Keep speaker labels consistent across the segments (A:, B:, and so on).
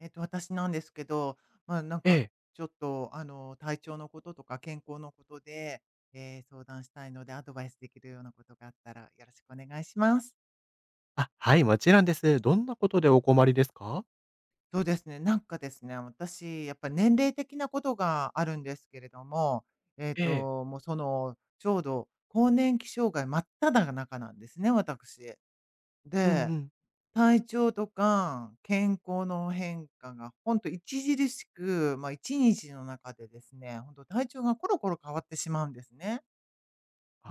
A: 私なんですけど、まあ、なん
B: え
A: か、
B: え。
A: ちょっと、体調のこととか健康のことで、相談したいので、アドバイスできるようなことがあったら、よろしくお願いします。
B: あ、はい、もちろんです。どんなことでお困りですか？
A: そうですね。なんかですね、私、やっぱり年齢的なことがあるんですけれども、
B: ええ。
A: もうその、ちょうど、更年期障害真っ只中なんですね、私。
B: うん
A: で、
B: うん。
A: 体調とか健康の変化がほんと著しく、まあ、1日の中でですね、ほんと体調がコロコロ変わってしまうんですね。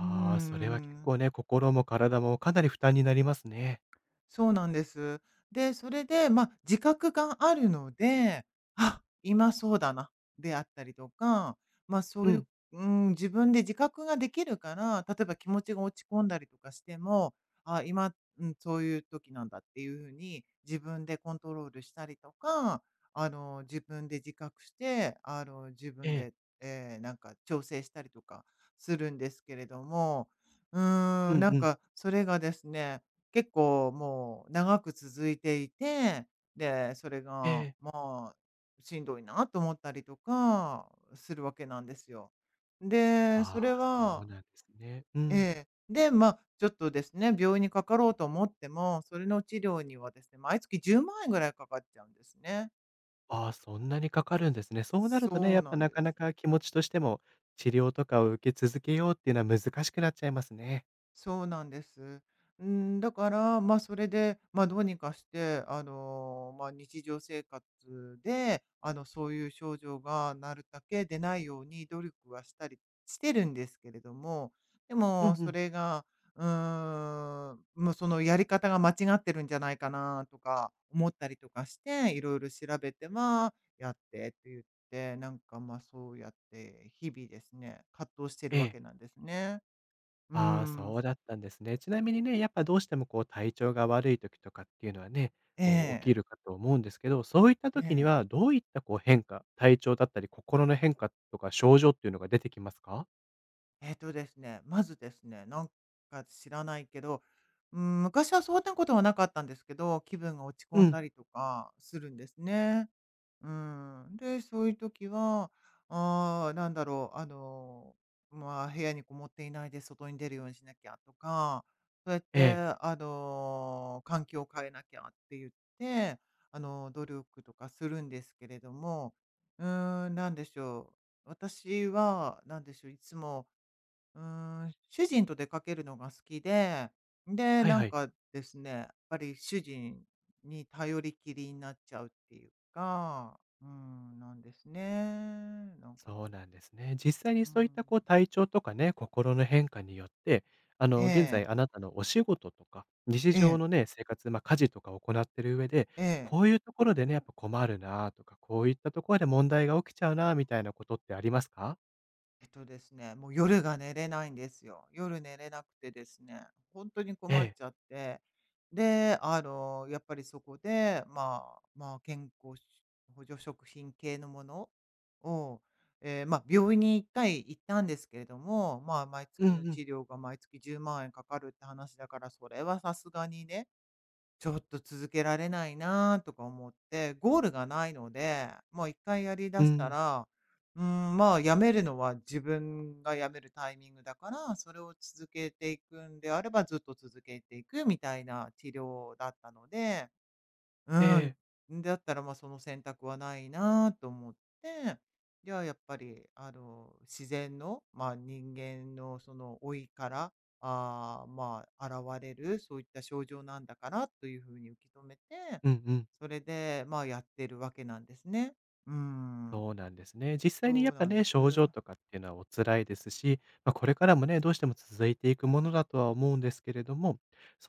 A: うー
B: あ、それは結
A: ん。
B: 構ね、心も体もかなり負担になりますね。
A: そうなんです。で、それで、まあ、自覚があるので、あ、今そうだな、であったりとか、まあ、そう
B: う
A: いう、
B: ん。
A: うん、自分で自覚ができるから、例えば気持ちが落ち込んだりとかしても、あ、今、うん、そういう時なんだっていうふうに自分でコントロールしたりとか、自分で自覚して、自
B: え
A: 分
B: え。
A: で、なんか調整したりとかするんですけれども、
B: うん
A: なん
B: うん。
A: かそれがですね、結構もう長く続いていて、で、それ
B: え
A: が、
B: え。
A: まあ、しんどいなと思ったりとかするわけなんですよ。で、
B: あ
A: それ
B: あ、そう
A: は
B: なんですね。う
A: え
B: ん。
A: え。で、ま、ちょっとですね、病院にかかろうと思っても、それの治療にはですね、毎月10万円ぐらいかかっちゃうんですね。
B: ああ、そんなにかかるんですね。そうなるとね、
A: そう
B: やっ
A: な
B: ぱ
A: ん
B: な
A: で
B: かな
A: す。
B: か気持ちとしても、治療とかを受け続けようっていうのは難しくなっちゃいますね。
A: そうなんです。うん、だから、まあ、それで、まあ、どうにかして、まあ、日常生活で、そういう症状がなるだけ出ないように努力はしたりしてるんですけれども、で
B: うん
A: も
B: う
A: そ
B: ん。
A: れが、もうそのやり方が間違ってるんじゃないかなとか思ったりとかして、いろいろ調べてはやってって言って、なんか、ま、そうやって日々ですね、葛藤してる
B: え
A: わ
B: え。
A: けなんですね。う
B: ああ、そ
A: ん。
B: うだったんですね。ちなみにね、やっぱどうしてもこう体調が悪い時とかっていうのはね、
A: え
B: こう起き
A: え、
B: るかと思うんですけど、そういった
A: え
B: 時には
A: え。
B: どういったこう変化、体調だったり心の変化とか症状っていうのが出てきますか？
A: ですね、まずですね、なんか知らないけど、うん、昔はそうなことはなかったんですけど、気分が落ち
B: う
A: 込ん
B: ん、
A: だりとかするんですね。うん。で、そういう時は、ああ、なんだろう、まあ、部屋にこもっていないで外に出るようにしなきゃとか、そうやっ
B: え
A: て、
B: え、
A: 環境を変えなきゃって言って、努力とかするんですけれども、うーん、なんでしょう。私は、なんでしょう、いつも主人と出かけるのが好きで、で、
B: はい
A: なん
B: はい。
A: かですね、やっぱり主人に頼りきりになっちゃうっていうか、うん、なんですね。なんか
B: そう
A: つい、
B: なんですね。実際に
A: うー
B: そういった
A: ん。
B: こう体調とかね、心の変化によって、
A: え
B: 現在
A: え、
B: あなたのお仕事とか、日
A: え
B: 常
A: え、
B: のね、生活、家事とかを行ってる上で、
A: ええ。
B: こういうところでね、やっぱ困るなとか、こういったところで問題が起きちゃうなみたいなことってありますか？
A: ですね、もう夜が寝れないんですよ。夜寝れなくてですね、本当に
B: え
A: 困っ
B: え。
A: ちゃって、で、やっぱりそこで、まあ、まあ、健康し補助食品系のものを、ええ、まあ、病院に1回行ったんですけれども、まあ、毎
B: う
A: 月の
B: んう
A: 治
B: ん。
A: 療が毎月10万円かかるって話だから、それはさすがにね、ちょっと続けられないなとか思って、ゴールがないので、もう1回やり
B: う
A: だした
B: ん。
A: ら、うん、まあ、やめるのは自分がやめるタイミングだから、それを続けていくんであれば、ずっと続けていくみたいな治療だったので、う
B: ええ。
A: ん、だったら、まあ、その選択はないなと思って、じゃあ、やっぱり、自然の、まあ、人間のその老いから、まあ、現れる、そういった症状なんだからというふうに受け止めて、
B: うんうん。
A: それで、まあ、やってるわけなんですね。うーん、
B: そうなんですね。実際に
A: そ
B: や
A: う
B: っぱ
A: なんで
B: ね、症
A: す。
B: 状とかっていうのはお辛いですし、これからもね、どうしても続いていくものだとは思うんですけれども、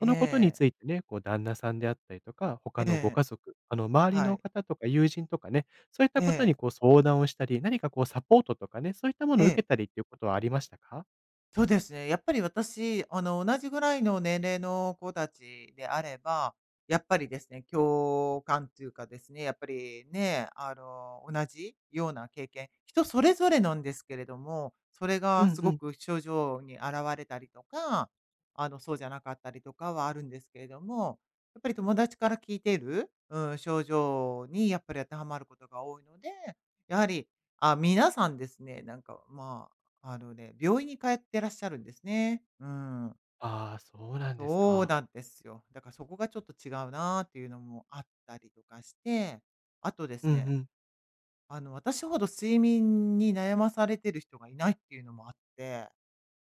A: え
B: のことに
A: え、
B: ついてね、こう旦那さんであったりとか、
A: え
B: 他のご
A: え、
B: 家族、あの周り
A: は
B: の
A: い、
B: 方とか友人とかね、そういった
A: え
B: ことに
A: え、
B: こう相談をしたり、何かこうサポートとかね、そういったも
A: え
B: のを受
A: え。
B: けたりっていうことはありましたか？
A: そうですね。やっぱり私、同じぐらいの年齢の子たちであれば、やっぱりですね、共感というかですね、やっぱりね、同じような経験、人それぞれなんですけれども、それ
B: う
A: が
B: ん
A: す
B: う
A: ご
B: ん。
A: く症状に現れたりとか、そうじゃなかったりとかはあるんですけれども、やっぱり友達から聞いている、うん、症状にやっぱり当てはまることが多いので、やはり皆さんですね、なんかまあのね、病院に通ってらっしゃるんですね。うん。
B: ああ、そうなんです
A: そう
B: か。
A: なんですよ。だからそこがちょっと違うなっていうのもあったりとかして、あとです
B: うんう
A: ね、
B: ん。
A: 私ほど睡眠に悩まされてる人がいないっていうのもあって、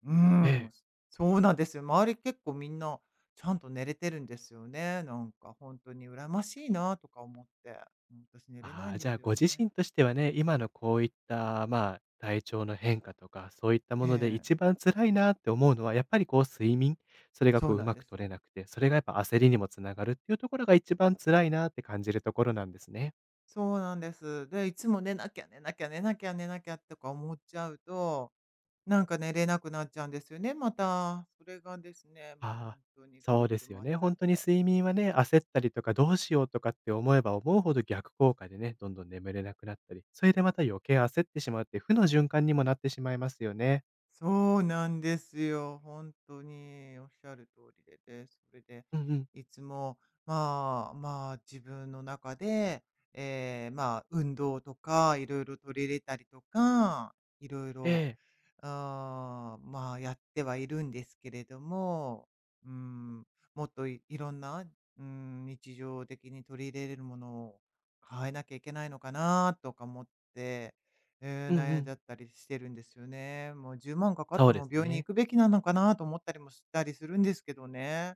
A: う
B: ええ。
A: ん、そうなんですよ。周り結構みんなちゃんと寝れてるんですよね。なんか本当に羨ましいなとか思って、うん、私寝れな
B: あ
A: い
B: あ、
A: ん
B: じ
A: で
B: ゃあ
A: すよ
B: ご自
A: ね。
B: 身としてはね、今のこういった、体調の変化とか、そういったもので
A: ええ、
B: 一番辛いなって思うのは、やっぱりこう睡眠、それが
A: そう
B: こうう
A: なん
B: ま
A: で
B: く取
A: す。
B: れなくて、それがやっぱ焦りにもつながるっていうところが一番辛いなって感じるところなんですね。
A: そうなんです。で、いつも寝なきゃ寝なきゃ寝なきゃ寝なきゃとか思っちゃうと、なんか寝れなくなっちゃうんですよね、また。それがですね、まあ、
B: あ
A: 本
B: あ、
A: 当にぐ
B: そ
A: る
B: うで
A: ぐる
B: すよ
A: 回っ
B: ね。
A: ちゃっ
B: 本当に
A: て。
B: 睡眠はね、焦ったりとかどうしようとかって思えば思うほど逆効果でね、どんどん眠れなくなったり、それでまた余計焦ってしまうって負の循環にもなってしまいますよね。
A: そうなんですよ、本当におっしゃる通りで、で、それで、
B: うんうん。
A: いつも、まあ、まあ、自分の中で、まあ、運動とかいろいろ取り入れたりとか、いろい
B: え
A: ろ
B: え。
A: まあ、やってはいるんですけれども、うん、もっといいろんな、うん、日常的に取り入れれるものを変えなきゃいけないのかなとか思って、
B: うんう
A: 悩んじ
B: ん。
A: ゃったりしてるんですよね。もう10万かかっ
B: そ
A: て
B: うで
A: も
B: す
A: 病院に
B: ね。
A: 行くべきなのかなと思ったりもしたりするんですけどね。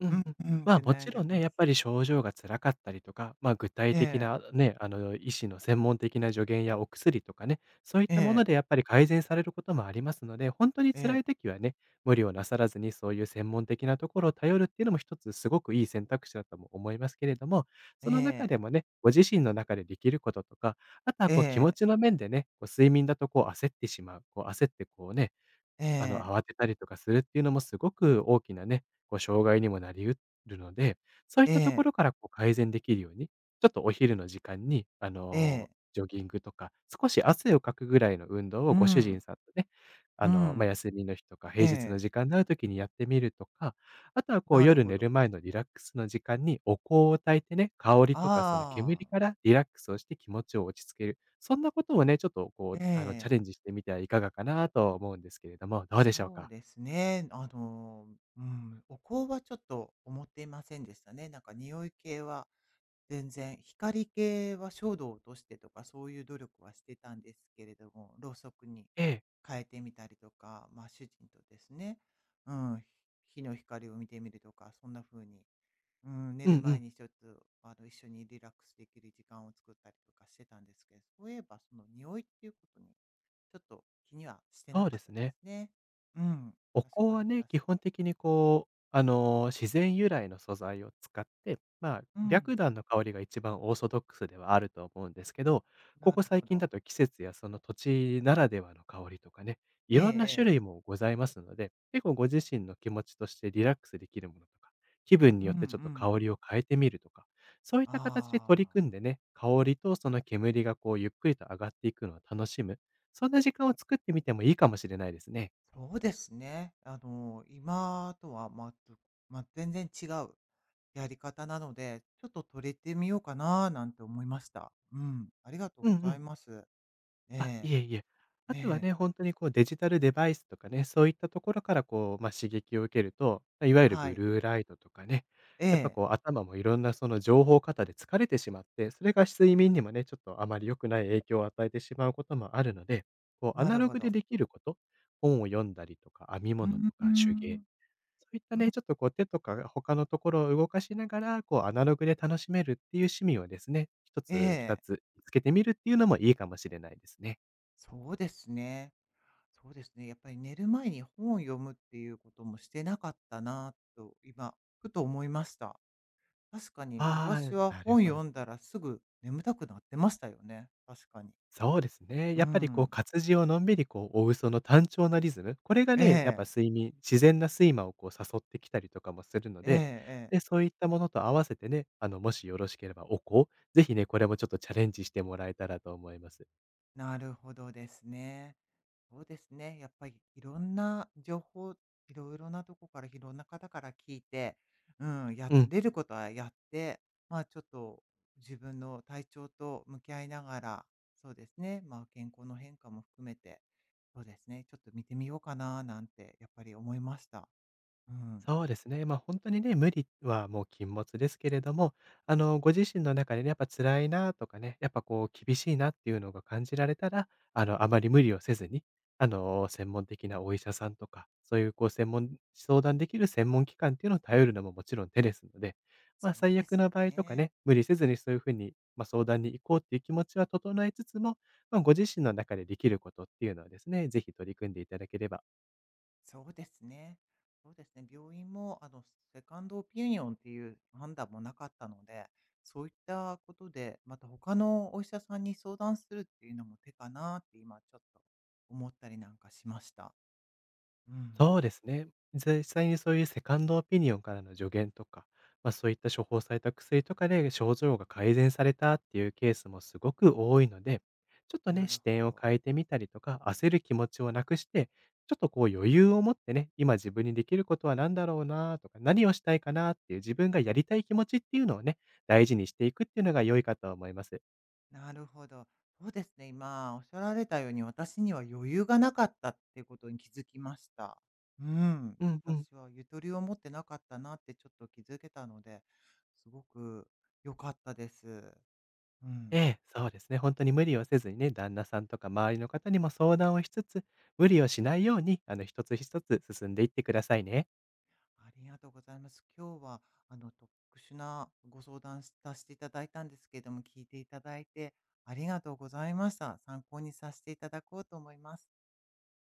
B: う
A: う
B: ん
A: ん、
B: うん。
A: うんって
B: も
A: 悩
B: ち
A: んじゃ
B: ろ
A: い
B: んね、
A: ます。
B: やっぱり症状が辛かったりとか、具体
A: え
B: 的
A: え、
B: なね、医師の専門的な助言やお薬とかね、そういっ
A: え
B: たもの
A: え、
B: でやっぱり改善されることもありますので、本当に
A: え
B: 辛い
A: え、
B: 時はね、無理をなさらずにそういう専門的なところを頼るっていうのも一つすごくいい選択肢だとも思いますけれども、
A: え
B: その中
A: え、
B: でもね、ご自身の中でできることとか、あとは
A: え
B: こう気持
A: え、
B: ちの面でね、こう睡眠だとこう焦ってしまう、こう焦ってこうね、慌
A: え
B: てたりとかするっていうのもすごく大きなね、こう障害にもなり得るので、そういったとこ
A: え、
B: ろからこう改善できるように、ちょっとお昼の時間に、
A: ええ、
B: ジョギングとか、少し汗をかくぐらいの運動
A: う
B: をご主人
A: ん、
B: さんとね、
A: うん、
B: 休みの日とか平
A: え
B: 日の
A: え。
B: 時間のある時にやってみるとか、あとはこう
A: なる
B: 夜
A: ほ
B: 寝
A: ど。
B: る前のリラックスの時間にお香を焚いてね、香りとかその
A: ああ、
B: 煙からリラックスをして気持ちを落ち着ける。そんなことをね、ちょっとこう、
A: え
B: チャ
A: え、
B: レンジしてみてはいかがかなと思うんですけれども、どうでしょう
A: そう
B: か？
A: ですね。うん、お香はちょっと思っていませんでしたね。なんか匂い系は全然、光系は照度を落としてとか、そういう努力はしてたんですけれども、ろうそくに
B: ええ。
A: 変えてみたりとか、まあ主人とですね、うん、火の光を見てみるとか、そんな風にうん、寝
B: うん
A: る
B: う
A: 前
B: ん。
A: にちょっと、一緒にリラックスできる時間を作ったりとかしてたんですけど、そういえばその匂いっていうことに、ちょっと気にはしてな
B: そう
A: か
B: で
A: っ
B: す
A: たです
B: ね。
A: ね。うん。
B: お
A: 確
B: 香
A: かに
B: はね、
A: 確
B: 基
A: か
B: 本
A: に。
B: 的にこう、自然由来の素材を使って、
A: うん。
B: 白檀の香りが一番オーソドックスではあると思うんですけど、こ
A: な
B: こ
A: る
B: 最
A: ほ
B: 近だ
A: ど。
B: と季節やその土地ならではの香りとかね、
A: え
B: い
A: え
B: ろんな種
A: ええ。
B: 類もございますので、結構ご自身の気持ちとしてリラックスできるものとか、気分
A: う
B: に
A: んう
B: よってちょっと
A: ん。
B: 香りを変えてみるとか、そういった形で取
A: あ
B: り組んでね、香りとその煙がこうゆっくりと上がっていくのを楽しむ、そんな時間を作ってみてもいいかもしれないですね。
A: あ、そうですね。今とはまずまあ、全然違うやり方なので、ちょっと取れてみようかななんて思いました。うん、ありがとう
B: うんう
A: ござい
B: ん。
A: ます。え
B: あ、
A: え、
B: いえいえ。あ
A: え
B: とは
A: え。
B: ね、本当にこうデジタルデバイスとかね、そういったところからこう、刺激を受けると、いわゆる
A: は
B: ブ
A: い。
B: ルーライトとかね、
A: え
B: やっぱ
A: え、
B: こう頭もいろんなその情報過多で疲れてしまって、それが睡眠にもね、ちょっとあまり良くない影響を与えてしまうこともあるので、こうア
A: な
B: ナ
A: る
B: ロ
A: ほ
B: グで
A: ど。
B: できること、本を読んだりとか、編み
A: う
B: 物
A: ん、
B: と
A: う
B: か手
A: ん。
B: 芸、そういった
A: うん、
B: ね、ちょっとこう手とか他のところを動かしながら、こうアナログで楽しめるっていう趣味をですね、一
A: え
B: つ二
A: え、
B: つ見つけてみるっていうのもいいかもしれないですね。
A: そうですね。そうですね。やっぱり寝る前に本を読むっていうこともしてなかったなと、今、ふと思いました。確かに
B: あ
A: 昔は
B: あ、なる
A: 本
B: ほど。
A: 読んだらすぐ眠たくなってましたよね、確かに。
B: そうですね。
A: う
B: やっぱりこう
A: ん。
B: 活字をのんびりこう追うその単調なリズム、これが
A: え
B: ね、やっぱ
A: え、
B: 睡眠自然な睡魔をこう誘ってきたりとかもするの
A: ええ
B: で、
A: ええ。
B: で、そういったものと合わせてね、もしよろしければお香、ぜひね、これもちょっとチャレンジしてもらえたらと思います。
A: なるほどですね。そうですね。やっぱりいろんな情報、いろいろなとこからいろんな方から聞いて、うん、や
B: うん。
A: れることはやって、まあちょっと自分の体調と向き合いながら、そうですね。まあ健康の変化も含めて、そうですね。ちょっと見てみようかななんてやっぱり思いました。うん。
B: そうですね。本当にね、無理はもう禁物ですけれども、ご自身の中でね、やっぱ辛いなとかね、やっぱこう厳しいなっていうのが感じられたら、あまり無理をせずに、専門的なお医者さんとか、そういうこう専門相談できる専門機関っていうのを頼るのももちろん手ですので、
A: そう
B: 最
A: で
B: 悪
A: す
B: な場合とか
A: ね。
B: ね、無理せずにそういう風に、相談に行こうっていう気持ちは整えつつも、ご自身の中でできることっていうのはですね、ぜひ取り組んでいただければ
A: そうですね。そうですね。病院も、セカンドオピニオンっていう判断もなかったので、そういったことで、また他のお医者さんに相談するっていうのも手かなって今ちょっと思ったりなんかしました。うん。
B: そうですね。実際にそういうセカンドオピニオンからの助言とか、そういった処方された薬とかで症状が改善されたっていうケースもすごく多いので、ちょっと
A: な
B: ね、
A: る
B: 視
A: ほ
B: 点を
A: ど。
B: 変えてみたりとか、焦る気持ちをなくして、ちょっとこう余裕を持ってね、今自分にできることは何だろうなとか、何をしたいかなっていう自分がやりたい気持ちっていうのをね、大事にしていくっていうのが良いかと思います。
A: なるほど。そうですね。今おっしゃられたように、私には余裕がなかったっていうことに気づきました。うん。
B: うんうん。
A: 私はゆとりを持ってなかったなってちょっと気づけたので、すごく良かったです。う
B: え
A: ん。
B: え、そうですね。本当に無理をせずにね、旦那さんとか周りの方にも相談をしつつ、無理をしないように、一つ一つ進んでいってくださいね。
A: ありがとうございます。今日は、特殊なご相談しさせていただいたんですけれども、聞いていただいてありがとうございました。参考にさせていただこうと思います。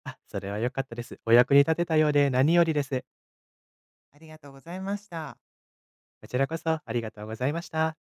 B: あ、それは良かったです。お役に立てたようで何よりです。
A: ありがとうございました。
B: こちらこそありがとうございました。